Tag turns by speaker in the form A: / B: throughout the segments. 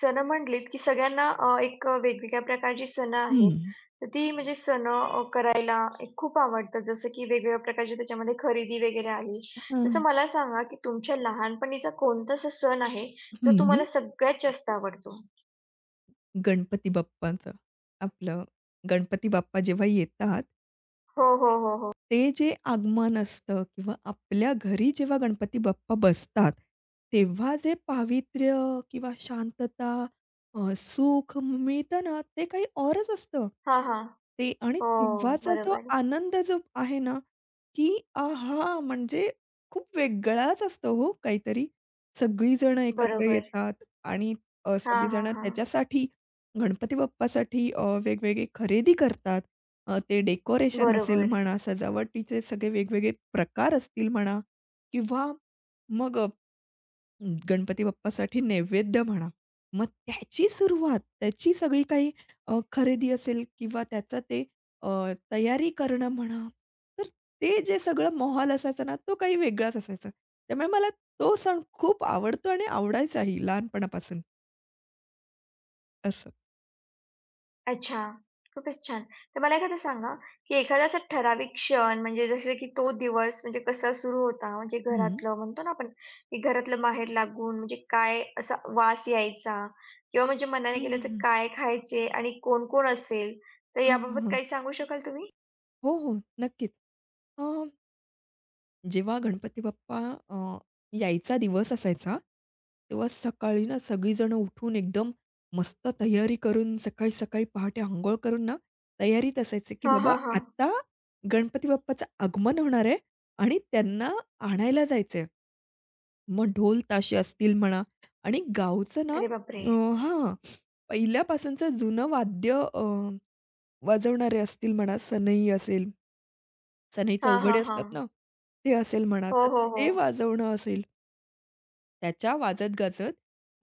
A: सण म्हटलीत, की सगळ्यांना एक वेगवेगळ्या प्रकारची सणं
B: हं.
A: आहेत. तर ती म्हणजे सणं करायला एक खूप आवडतात. जसं की वेगवेगळ्या प्रकारची त्याच्यामध्ये खरेदी वगैरे आली. तसं
B: हां.
A: मला सांगा, की तुमच्या लहानपणीचा कोणता असा सण आहे, जो तुम्हाला
B: हं.
A: सगळ्यात जास्त आवडतो?
B: गणपती बाप्पाचं आपलं गणपती बाप्पा जेव्हा येतात,
A: हो, हो, हो, हो.
B: ते जे आगमन असतं किंवा आपल्या घरी जेव्हा गणपती बाप्पा बसतात, तेव्हा जे पावित्र्य किंवा शांतता, सुख मिळतं ना, ते काही औरच असतं.
A: हां, हां.
B: ते आणि
A: हो,
B: तेव्हाचा जो
A: बरोबर.
B: आनंद जो आहे ना, की आहा! म्हणजे खूप वेगळाच असतो हो काहीतरी. सगळीजण एकत्र
A: बरोबर.
B: येतात आणि
A: हां,
B: सगळीजण
A: हां, हां.
B: त्याच्यासाठी गणपती बाप्पासाठी वेगवेगळी खरेदी करतात. ते डेकोरेशन असेल
A: बरोबर.
B: म्हणा, सजावटीचे सगळे वेगवेगळे प्रकार असतील म्हणा किंवा मग गणपती बाप्पासाठी नैवेद्य म्हणा. मग त्याची सुरुवात, त्याची सगळी काही खरेदी असेल किंवा त्याचं ते अ, तयारी करणं म्हणा, तर ते जे सगळं माहोल असायचा ना, तो काही वेगळाच असायचा. त्यामुळे मला तो सण खूप आवडतो आणि आवडायचाही लहानपणापासून असं.
A: अच्छा. खूपच छान. तर मला एखादं सांगा, की एखादा असा ठराविक क्षण म्हणजे जसे की तो दिवस म्हणजे कसा सुरू होता? म्हणजे
B: हं.
A: घरातलं म्हणतो ना आपण, की घरातलं बाहेर लागून म्हणजे काय असा वास यायचा? किंवा म्हणजे मनाने
B: हं, हं,
A: गेलं तर
B: हं.
A: काय खायचे आणि कोण-कोण असेल? तर
B: हं, हं,
A: याबाबत
B: हं.
A: काही सांगू शकाल तुम्ही?
B: हो, हो. नक्कीच. अ, जेव्हा गणपती बाप्पा अ, यायचा दिवस असायचा, तेव्हा सकाळी ना सगळीजणं उठून एकदम मस्त तयारी करून सकाळी-सकाळी पहाटे अंघोळ करून ना, तयारीत असायचे, की
A: हां,
B: बाबा
A: हां, हां.
B: आता गणपती बाप्पाचं आगमन होणार आहे आणि त्यांना आणायला जायचं आहे. मग ढोल ताशे असतील म्हणा आणि गावचं ना
A: अरे बापरे!
B: अ, हां, पहिल्यापासूनचं जुनं वाद्य वाजवणारे असतील म्हणा, सनई असेल, सनई
A: हां,
B: चौघडे
A: हां,
B: असतात
A: हां.
B: ना, ते असेल म्हणा,
A: हो,
B: तर
A: हो, हो.
B: ते वाजवणं असेल, त्याच्या वाजत-गाजत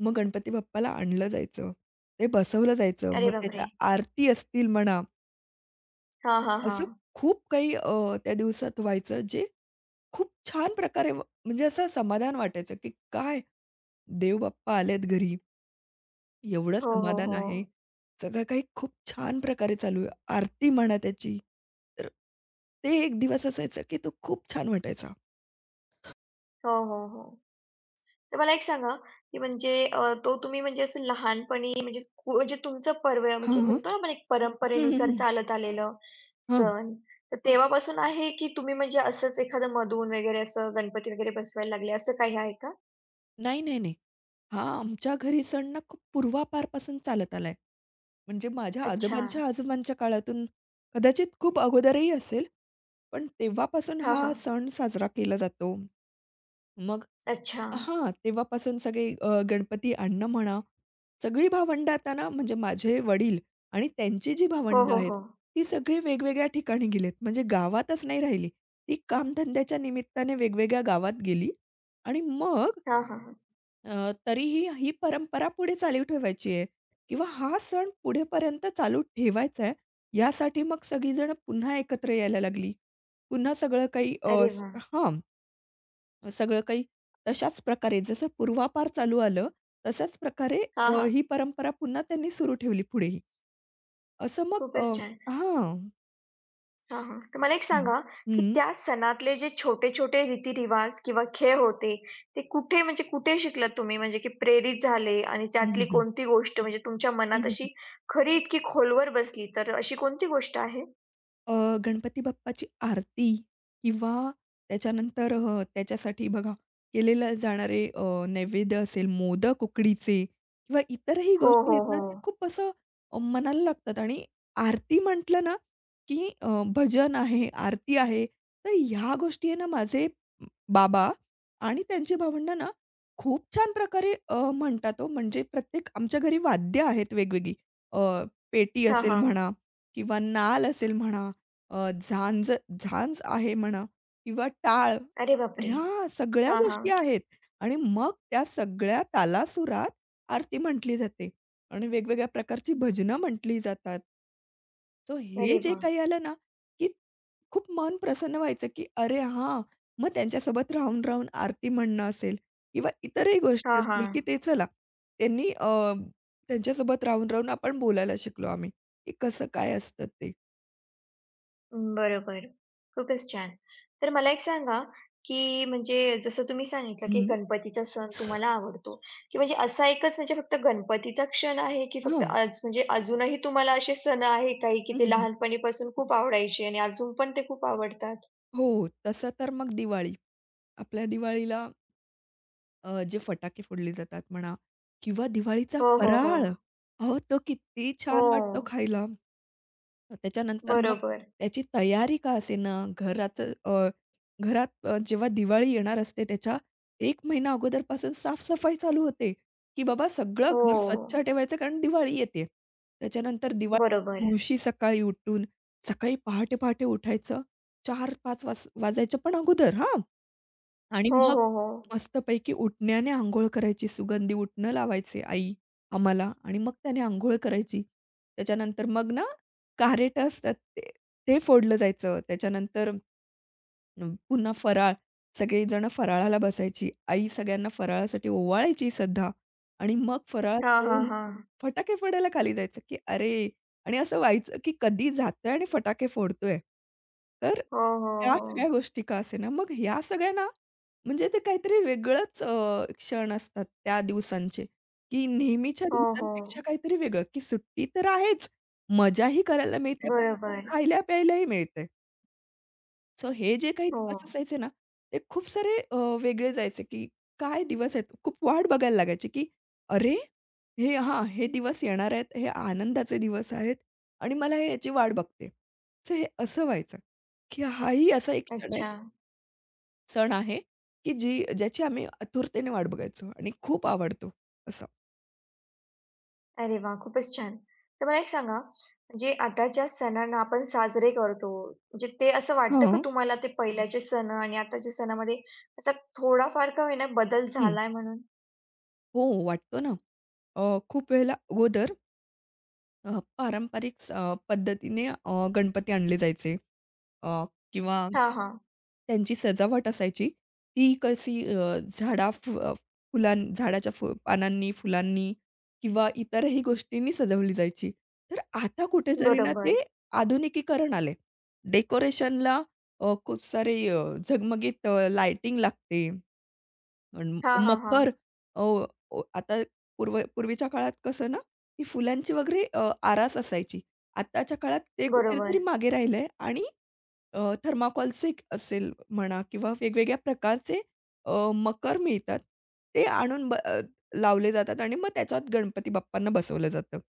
B: मग गणपती बाप्पाला आणलं जायचं. ते बसवलं जायचं.
A: अरे
B: मग
A: बापरे!
B: त्याच्या आरती असतील म्हणा,
A: हां, हां,
B: असं
A: हां.
B: खूप काही त्या दिवसात व्हायचं, जे खूप छान प्रकारे व म्हणजे असं समाधान वाटायचं, की काय देव बाप्पा आलेत घरी, एवढं
A: हो, हो,
B: समाधान
A: हो.
B: आहे. सगळं काही खूप छान प्रकारे चालू आहे. आरती म्हणा त्याची, तर ते एक दिवस असायचा, की तो खूप छान वाटायचा.
A: हो, हो, हो. तर मला एक सांगा, की म्हणजे तो तुम्ही म्हणजे असं लहानपणी म्हणजे म्हणजे तुमचं पर्व म्हणजे
B: हां.
A: म्हणतो ना आपण एक
B: हं, हं,
A: परंपरेनुसार
B: हं.
A: चालत आलेलं
B: हं.
A: सण, तर तेव्हापासून आहे की तुम्ही म्हणजे असंच एखादं मधून वगैरे असं गणपती वगैरे बसवायला लागले असं काही आहे का?
B: नाही, नाही, नाही. हा आमच्या घरी सण ना खूप पूर्वापारपासून चालत आलाय. म्हणजे माझ्या
A: अच्छा.
B: आजोबांच्या आजोबांच्या काळातून कदाचित खूप अगोदरही असेल, पण तेव्हापासून
A: हां,
B: हा
A: हां.
B: सण साजरा केला जातो. मग
A: अच्छा.
B: हां, तेव्हापासून सगळे गणपती आणणं म्हणा, सगळी भावंड आता ना म्हणजे माझे वडील आणि त्यांची जी
A: हो,
B: भावंड
A: हो,
B: आहेत,
A: हो.
B: ती सगळी वेगवेगळ्या ठिकाणी गेलीत. म्हणजे गावातच नाही राहिली. ती कामधंद्याच्या निमित्ताने वेगवेगळ्या गावात गेली आणि मग
A: हां, हां, हां.
B: तरीही ही परंपरा पुढे चालू ठेवायची आहे किंवा हा सण पुढेपर्यंत चालू ठेवायचा आहे, यासाठी मग सगळीजण पुन्हा एकत्र यायला लागली. पुन्हा सगळं काही अ,
A: अरे
B: स
A: वाह!
B: हां. सगळं काही तशाच प्रकारे जसं पूर्वापार चालू आलं, तशाच प्रकारे
A: हां, हां.
B: ही परंपरा पुन्हा त्यांनी सुरू ठेवली पुढेही. असं मग
A: खूपच छान.
B: हां.
A: हां, हां. तर मला एक
B: हं.
A: सांगा, की
B: हं.
A: त्या सणातले जे छोटे-छोटे रीतिरिवाज किंवा खेळ होते, ते कुठे म्हणजे कुठे शिकलात तुम्ही? म्हणजे की प्रेरित झाले आणि
B: हं, हं,
A: त्यातली
B: हं.
A: कोणती गोष्ट म्हणजे तुमच्या
B: हं,
A: मनात
B: हं.
A: अशी खरी इतकी खोलवर बसली, तर अशी कोणती गोष्ट आहे?
B: अ, गणपती बाप्पाची आरती किंवा त्याच्यानंतर त्याच्यासाठी बघा केलेले जाणारे नैवेद्य असेल, मोदक उकडीचे किंवा इतरही
A: हो,
B: गोष्टी
A: हो,
B: आहेत ना,
A: हो.
B: ते खूप असं मनाला लागतात आणि आरती म्हटलं ना, की भजन आहे, आरती आहे. तर ह्या गोष्टी आहे ना, माझे बाबा आणि त्यांची भावंडं ना, खूप छान प्रकारे म्हणतात हो. म्हणजे प्रत्येक आमच्या घरी वाद्य आहेत वेगवेगळी. अ, पेटी
A: हां,
B: असेल
A: हां.
B: म्हणा किंवा नाल असेल म्हणा, अ, झांज झांज आहे म्हणा किंवा टाळ,
A: अरे बापरे!
B: ह्या सगळ्या
A: हां, हां.
B: गोष्टी आहेत आणि मग त्या सगळ्या तालासुरात आरती म्हटली जाते आणि वेगवेगळ्या प्रकारची भजनं म्हटली जातात. सो हे
A: अरे
B: जे
A: वाह!
B: काही आलं ना, की खूप मन प्रसन्न व्हायचं, की अरे हां, मग त्यांच्यासोबत राहून-राहून आरती म्हणणं असेल किंवा इतरही गोष्टी
A: हां,
B: असतील,
A: हां.
B: की ते चला त्यांनी त्यांच्यासोबत राहून-राहून आपण बोलायला शिकलो आम्ही, की कसं काय असतं ते.
A: अं, बरोबर. खूपच छान. तर मला एक सांगा, की म्हणजे जसं तुम्ही सांगितलं, की
B: हं.
A: गणपतीचा सण तुम्हाला आवडतो, की म्हणजे असा एकच म्हणजे फक्त गणपतीचा क्षण आहे, की फक्त
B: हां.
A: आज म्हणजे अजूनही तुम्हाला असे सण आहे काही, की
B: हं,
A: ते
B: हं, हं.
A: लहानपणीपासून खूप आवडायचे आणि अजून पण ते खूप आवडतात?
B: हो, तसं तर मग दिवाळी. आपल्या दिवाळीला जे फटाके फोडले जातात म्हणा किंवा दिवाळीचा
A: हो, हो, हो.
B: फराळ. अहो, तो किती
A: हो.
B: छान वाटतो खायला. त्याच्यानंतर मग
A: बरोबर.
B: त्याची तयारी का असेना, घराचं अ, घरात जेव्हा दिवाळी येणार असते त्याच्या 1 महिना अगोदरपासून साफ-सफाई चालू होते, की बाबा सगळं
A: हो.
B: घर स्वच्छ ठेवायचं कारण दिवाळी येते. त्याच्यानंतर दिवाळीच्या
A: बरोबर.
B: दिवशी सकाळी उठून, सकाळी पहाटे-पहाटे उठायचं 4-5 वाजायच्या पण अगोदर हां. आणि
A: हो,
B: मग
A: हो, हो.
B: मस्तपैकी उटण्याने अंघोळ करायची. सुगंधी उटणं लावायचे आई आम्हाला आणि मग त्याने अंघोळ करायची. त्याच्यानंतर मग ना, कार्रेटं असतात ते ते फोडलं जायचं. त्याच्यानंतर पुन्हा फराळ, सगळीजणं फराळाला बसायची. आई सगळ्यांना फराळासाठी ओवाळायची सध्या आणि मग फराळ
A: हां, हां,
B: तळून
A: हां.
B: फटाके फोडायला खाली जायचं, की अरे आणि असं व्हायचं, की कधी जातोय आणि फटाके फोडतोय. तर
A: हो, हो,
B: त्या
A: हो.
B: सगळ्या गोष्टी का असेना, मग ह्या सगळ्या ना, म्हणजे ते काहीतरी वेगळंच क्षण असतात त्या दिवसांचे, की नेहमीच्या
A: हो, हो.
B: दिवसांपेक्षा काहीतरी वेगळं, की सुट्टी तर आहेच, मजाही करायला मिळते,
A: बरोबर.
B: खायला-प्यायलाही मिळतंय. सो हे जे काही
A: हो.
B: दिवस असायचे ना, ते खूप सारे वेगळे जायचे, की काय दिवस आहेत. खूप वाट बघायला लागायची, की अरे, हे हां, हे दिवस येणार आहेत. हे आनंदाचे दिवस आहेत आणि मला हे याची वाट बघते. सो हे असं व्हायचं, की हाही असा एक क्षण आहे,
A: अच्छा.
B: सण आहे, की जी ज्याची आम्ही आतुरतेने वाट बघायचो आणि खूप आवडतो असं.
A: अरे वाह! खूपच छान. तर मला एक सांगा, म्हणजे आता ज्या सणांना आपण साजरे करतो, म्हणजे ते असं वाटतं का
B: हां.
A: तुम्हाला ते पहिल्याचे सण आणि आताच्या सणामध्ये असा थोडाफार का होईना बदल
B: हं.
A: झालाय म्हणून?
B: हो, वाटतो ना. खूप वेळेला अगोदर अ, पारंपरिक पद्धतीने गणपती आणले जायचे अ, किंवा
A: हां, हां.
B: त्यांची सजावट असायची. ती कशी अ, झाडा फु अ, फुलां झाडाच्या पानांनी, फुलांनी किंवा इतरही गोष्टींनी सजवली जायची. तर आता कुठेतरी ना
A: बरोबर.
B: ते आधुनिकीकरण आलंय. डेकोरेशनला खूप सारे झगमगीत लाइटिंग लागते. अन्
A: हां, हां, हां.
B: मखर अ, ओ आता पूर्वीच्या काळात कसं ना, की फुलांची वगैरे आरास असायची. आत्ताच्या काळात ते
A: बरोबर.
B: कुठेतरी मागे राहिलंय आणि थर्माकॉलचे असेल म्हणा किंवा वेगवेगळ्या प्रकारचे मखर मिळतात. ते आणून लावले जातात आणि मग त्याच्यात गणपती बाप्पांना बसवलं जातं.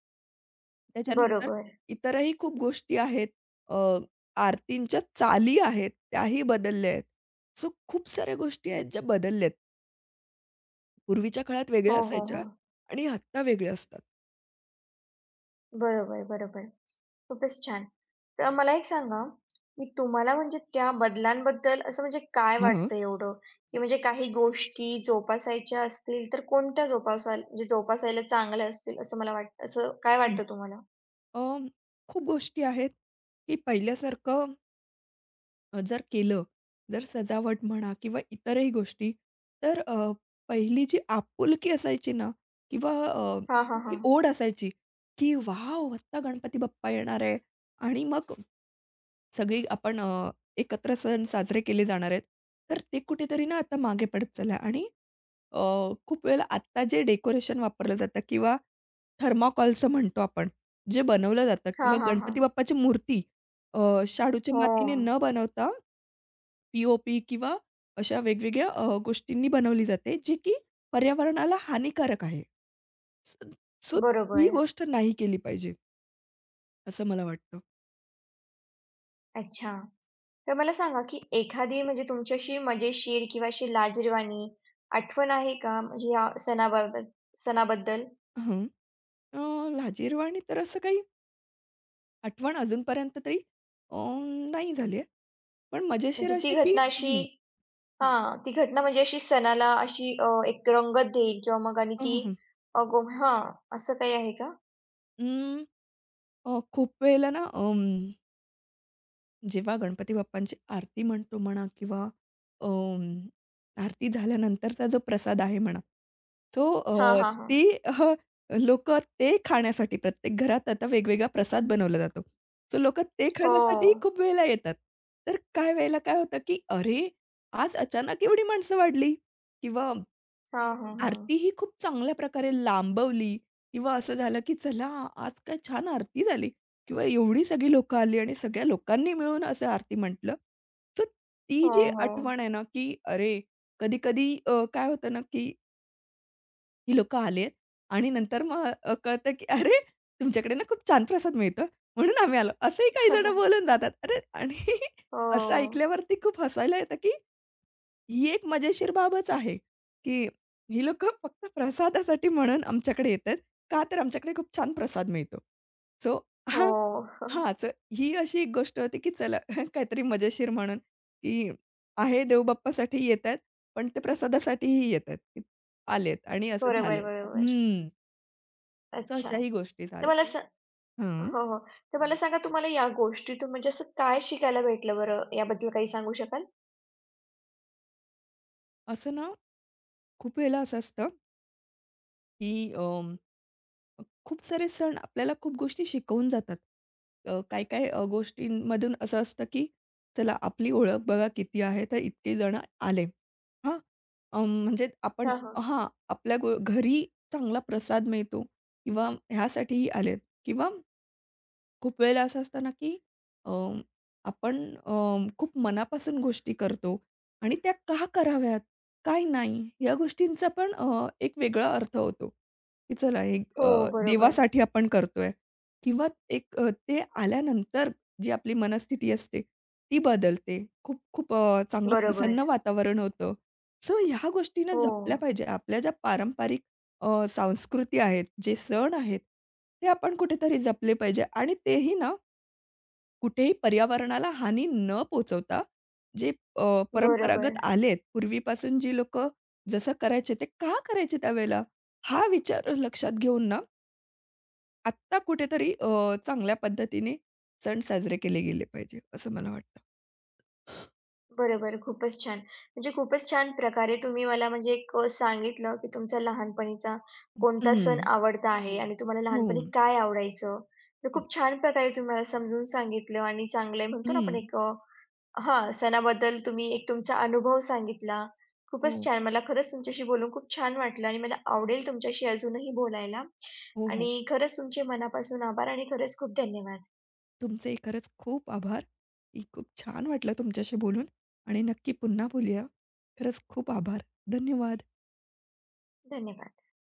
B: त्याच्यानंतर
A: बरोबर.
B: इतरही खूप गोष्टी आहेत. अ, आरतींच्या चाली आहेत, त्याही बदलल्या आहेत. सो खूप साऱ्या गोष्टी आहेत ज्या बदलल्यात. पूर्वीच्या काळात वेगळ्या
A: हो, हो,
B: असायच्या
A: हो.
B: आणि आत्ता वेगळ्या असतात.
A: बरोबर, बरोबर. खूपच छान. तर मला एक सांगा, की तुम्हाला म्हणजे त्या बदलांबद्दल असं म्हणजे काय
B: हां.
A: वाटतं एवढं? की म्हणजे काही गोष्टी जोपासायच्या असतील तर कोणत्या जोपासाल म्हणजे जोपासायला चांगल्या असतील असं मला वाटतं असं काय
B: हं.
A: वाटतं तुम्हाला?
B: अ, खूप गोष्टी आहेत, की पहिल्यासारखं जर केलं, जर सजावट म्हणा किंवा इतरही गोष्टी, तर पहिली जी आपुलकी असायची ना किंवा
A: हां, हां,
B: ती
A: हां.
B: ओढ असायची, की "वॉव! आत्ता गणपती बाप्पा येणार आहे" आणि मग सगळी आपण एकत्र सण साजरे केले जाणार आहेत. तर ते कुठेतरी ना आता मागे पडत चाललं आहे आणि खूप वेळेला आत्ता जे डेकोरेशन वापरलं जातं किंवा थर्माकॉलचं म्हणतो आपण, जे बनवलं जातं
A: हां,
B: किंवा
A: हां, हां.
B: गणपती बाप्पाची मूर्ती अ, शाडूच्या
A: हो.
B: मातीने न बनवता, पी ओ किंवा अशा वेगवेगळ्या गोष्टींनी बनवली जाते, जी की पर्यावरणाला हानिकारक आहे. सो सो ही
A: बरोबर.
B: गोष्ट नाही केली पाहिजे, असं मला वाटतं.
A: अच्छा. तर मला सांगा, की एखादी म्हणजे तुमच्याशी मजेशीर किंवा अशी लाजिरवाणी आठवण आहे का म्हणजे या सणाबाबत सणाबद्दल?
B: हं. अ, लाजिरवाणी तर असं काही आठवण अजूनपर्यंत तरी अ, नाही झाली आहे. पण मजेशीर
A: म्हणजे ती
B: अशी की
A: घटना अशी हां. हां, ती घटना म्हणजे अशी सणाला अशी एक रंगत देईल किंवा मग आणि
B: हं,
A: ती
B: हं, हं.
A: अ, गो हां, असं काही आहे का?
B: अं, खूप वेळेला ना जेव्हा गणपती बाप्पांची आरती म्हणतो म्हणा किंवा अं, आरती झाल्यानंतरचा जो प्रसाद आहे म्हणा, सो
A: हां, हां, हां.
B: ती अ, लोकं ते खाण्यासाठी प्रत्येक घरात आता वेगवेगळा प्रसाद बनवला जातो. सो लोकं ते
A: हो.
B: खाण्यासाठीही खूप वेळेला येतात. तर काही वेळेला काय होतं, की "अरे, आज अचानक एवढी माणसं वाढली" किंवा
A: हां. हां, हां, हां.
B: आरती ही खूप चांगल्या प्रकारे लांबवली किंवा असं झालं, की चला आज काय छान आरती झाली किंवा एवढी सगळी लोकं आली आणि सगळ्या लोकांनी मिळून असं आरती म्हटलं. तर ती जी
A: हो,
B: आठवण आहे ना, की अरे कधी-कधी काय होतं ना, की ही लोकं आलेत आणि नंतर मग कळतं, की "अरे तुमच्याकडे ना खूप छान प्रसाद मिळतो म्हणून आम्ही आलो." असंही काही जण
A: हो.
B: बोलून जातात. अरे आणि असं ऐकल्यावरती खूप हसायला येतं, की ही एक मजेशीर बाबच आहे, की ही लोकं फक्त प्रसादासाठी म्हणून आमच्याकडे येतात. का तर आमच्याकडे खूप छान प्रसाद मिळतो. सो हां,
A: हो, हो.
B: हां, ही अशी एक गोष्ट होती, की चला काहीतरी मजेशीर म्हणून, की आहे देवबाप्पासाठी येतायत, पण ते प्रसादासाठीही येतायत, की आलेत आणि असं झालं.
A: बरोबर, बरोबर.
B: हं. सो
A: अच्छा.
B: अशाही गोष्टी
A: तर
B: झाल्या.
A: मला सा
B: हां.
A: हो, हो. तर मला सांगा तुम्हाला या गोष्टीतून म्हणजे असं काय शिकायला भेटलं बरं? याबद्दल काही सांगू शकाल?
B: असं ना खूप वेळेला असं असतं, की खूप सारे सण आपल्याला खूप गोष्टी शिकवून जातात. काही-काही गोष्टींमधून असं असतं, की चला आपली ओळख बघा किती आहे, तर इतके जण आले. हां, म्हणजे आपण
A: हां, हां.
B: हां, आपल्या घरी चांगला प्रसाद मिळतो किंवा ह्यासाठीही आलेत किंवा खूप वेळेला असं असतं ना, की अ, आपण अ, खूप मनापासून गोष्टी करतो आणि त्या का कराव्यात? काय नाही? या गोष्टींचा पण एक वेगळा अर्थ होतो, की चला हे
A: हो, बरोबर.
B: देवासाठी आपण करतोय किंवा एक ते आल्यानंतर जी आपली मनस्थिती असते, ती बदलते. खूप खूप चांगलं
A: बरोबर.
B: प्रसन्न वातावरण होतं. सो ह्या गोष्टींना
A: हो,
B: जपल्या पाहिजे. आपल्या ज्या पारंपरिक संस्कृती आहेत, जे सण आहेत, ते आपण कुठेतरी जपले पाहिजे आणि तेही ना, कुठेही पर्यावरणाला हानी न पोहोचवता, जे
A: बरोबर.
B: परंपरागत आलेत, पूर्वीपासून जी लोकं जसं करायचे, ते का करायचे त्यावेळेला? हा विचार लक्षात घेऊन ना, आत्ता कुठेतरी चांगल्या पद्धतीने सण साजरे केले गेले पाहिजे, असं मला वाटतं.
A: बरोबर. खूपच छान. म्हणजे खूपच छान प्रकारे तुम्ही मला म्हणजे एक सांगितलं, की तुमचा लहानपणीचा कोणता
B: हं.
A: सण आवडता आहे आणि तुम्हाला
B: हो.
A: लहानपणी काय आवडायचं. तर
B: हो.
A: खूप छान प्रकारे तुम्ही मला समजून सांगितलं आणि चांगलं आहे म्हणतो ना आपण
B: हं.
A: एक हां, सणाबद्दल तुम्ही एक तुमचा अनुभव सांगितला. खूपच
B: हो.
A: छान. मला खरंच तुमच्याशी बोलून खूप छान वाटलं आणि मला आवडेल तुमच्याशी अजूनही बोलायला.
B: हो, हो.
A: आणि खरंच तुमचे मनापासून आभार आणि खरंच खूप धन्यवाद.
B: तुमचे खरंच खूप आभार. की खूप छान वाटलं तुमच्याशी बोलून आणि नक्की पुन्हा बोलूया. खरंच खूप आभार. धन्यवाद.
A: धन्यवाद.